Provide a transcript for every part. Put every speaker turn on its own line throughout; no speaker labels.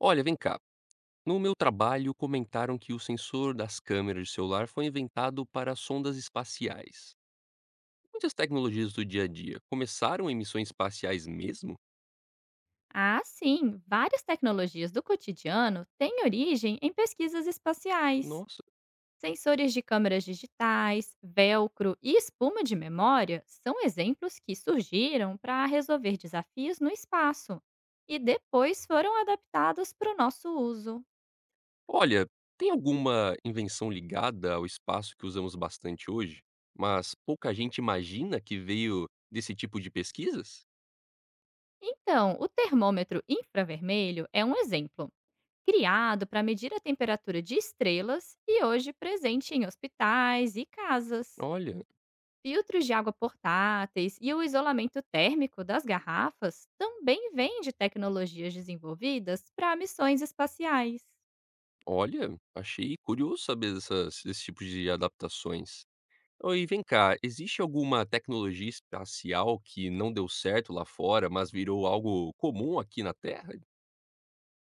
Olha, vem cá. No meu trabalho, comentaram que o sensor das câmeras de celular foi inventado para sondas espaciais. Muitas tecnologias do dia a dia começaram em missões espaciais mesmo?
Ah, sim! Várias tecnologias do cotidiano têm origem em pesquisas espaciais.
Nossa.
Sensores de câmeras digitais, velcro e espuma de memória são exemplos que surgiram para resolver desafios no espaço e depois foram adaptados para o nosso uso.
Olha, tem alguma invenção ligada ao espaço que usamos bastante hoje, mas pouca gente imagina que veio desse tipo de pesquisas?
Então, o termômetro infravermelho é um exemplo, criado para medir a temperatura de estrelas e hoje presente em hospitais e casas.
Olha,
Filtros de água portáteis e o isolamento térmico das garrafas também vêm de tecnologias desenvolvidas para missões espaciais.
olha, achei curioso saber dessas, desse tipo de adaptações. Oi, vem cá, existe alguma tecnologia espacial que não deu certo lá fora, mas virou algo comum aqui na Terra?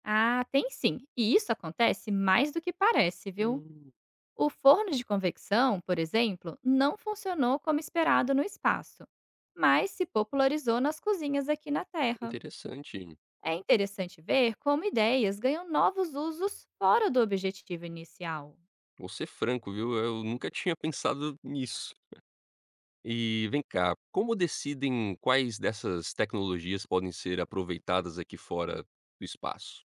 Ah, tem sim, e isso acontece mais do que parece, viu?
Hum,
O forno de convecção, por exemplo, não funcionou como esperado no espaço, mas se popularizou nas cozinhas aqui na Terra.
interessante.
É interessante ver como ideias ganham novos usos fora do objetivo inicial.
Vou ser franco, viu? Eu nunca tinha pensado nisso. E vem cá, como decidem quais dessas tecnologias podem ser aproveitadas aqui fora do espaço?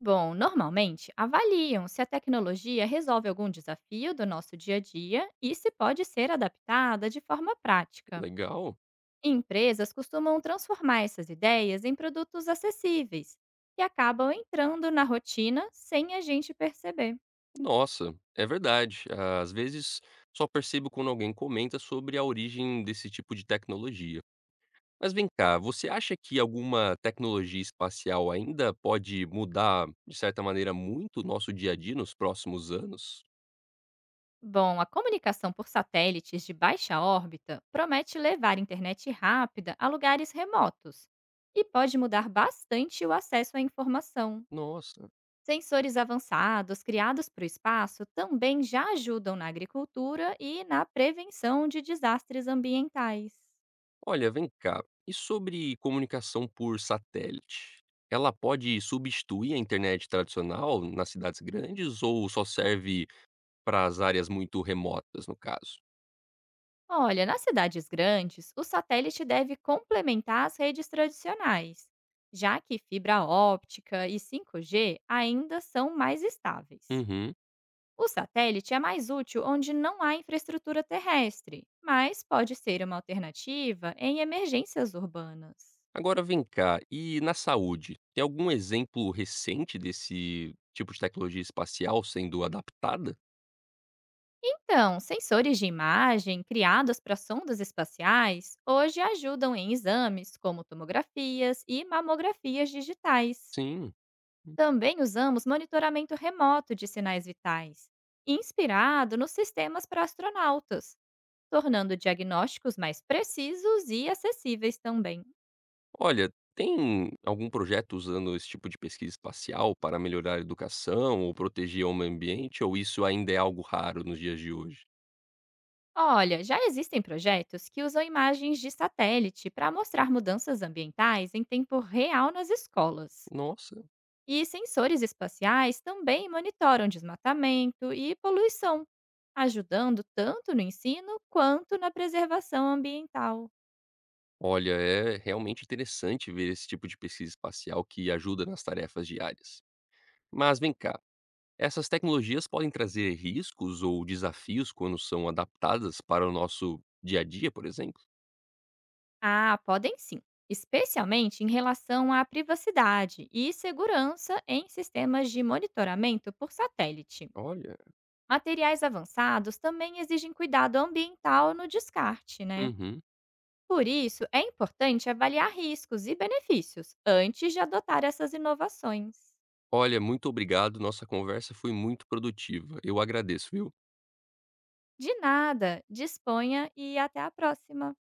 Bom, normalmente avaliam se a tecnologia resolve algum desafio do nosso dia a dia e se pode ser adaptada de forma prática.
Legal.
Empresas costumam transformar essas ideias em produtos acessíveis, que acabam entrando na rotina sem a gente perceber.
Nossa, é verdade. Às vezes só percebo quando alguém comenta sobre a origem desse tipo de tecnologia. Mas vem cá, você acha que alguma tecnologia espacial ainda pode mudar, de certa maneira, muito o nosso dia a dia nos próximos anos?
Bom, a comunicação por satélites de baixa órbita promete levar internet rápida a lugares remotos e pode mudar bastante o acesso à informação.
Nossa.
Sensores avançados criados para o espaço também já ajudam na agricultura e na prevenção de desastres ambientais.
Olha, vem cá. E sobre comunicação por satélite? Ela pode substituir a internet tradicional nas cidades grandes ou só serve para as áreas muito remotas, no caso?
Olha, nas cidades grandes, o satélite deve complementar as redes tradicionais, já que fibra óptica e 5G ainda são mais estáveis.
Uhum.
O satélite é mais útil onde não há infraestrutura terrestre, mas pode ser uma alternativa em emergências urbanas.
Agora vem cá, e na saúde? Tem algum exemplo recente desse tipo de tecnologia espacial sendo adaptada?
Então, sensores de imagem criados para sondas espaciais hoje ajudam em exames como tomografias e mamografias digitais.
Sim.
Também usamos monitoramento remoto de sinais vitais, inspirado nos sistemas para astronautas, tornando diagnósticos mais precisos e acessíveis também.
Olha, tem algum projeto usando esse tipo de pesquisa espacial para melhorar a educação ou proteger o meio ambiente, ou isso ainda é algo raro nos dias de hoje?
Olha, já existem projetos que usam imagens de satélite para mostrar mudanças ambientais em tempo real nas escolas.
Nossa,
E sensores espaciais também monitoram desmatamento e poluição, ajudando tanto no ensino quanto na preservação ambiental.
olha, é realmente interessante ver esse tipo de pesquisa espacial que ajuda nas tarefas diárias. Mas vem cá, essas tecnologias podem trazer riscos ou desafios quando são adaptadas para o nosso dia a dia, por exemplo?
Ah, podem sim, especialmente em relação à privacidade e segurança em sistemas de monitoramento por satélite.
Olha.
Materiais avançados também exigem cuidado ambiental no descarte, né?
Uhum.
Por isso, é importante avaliar riscos e benefícios antes de adotar essas inovações.
Olha, muito obrigado. Nossa conversa foi muito produtiva. Eu agradeço, viu?
De nada, disponha e até a próxima.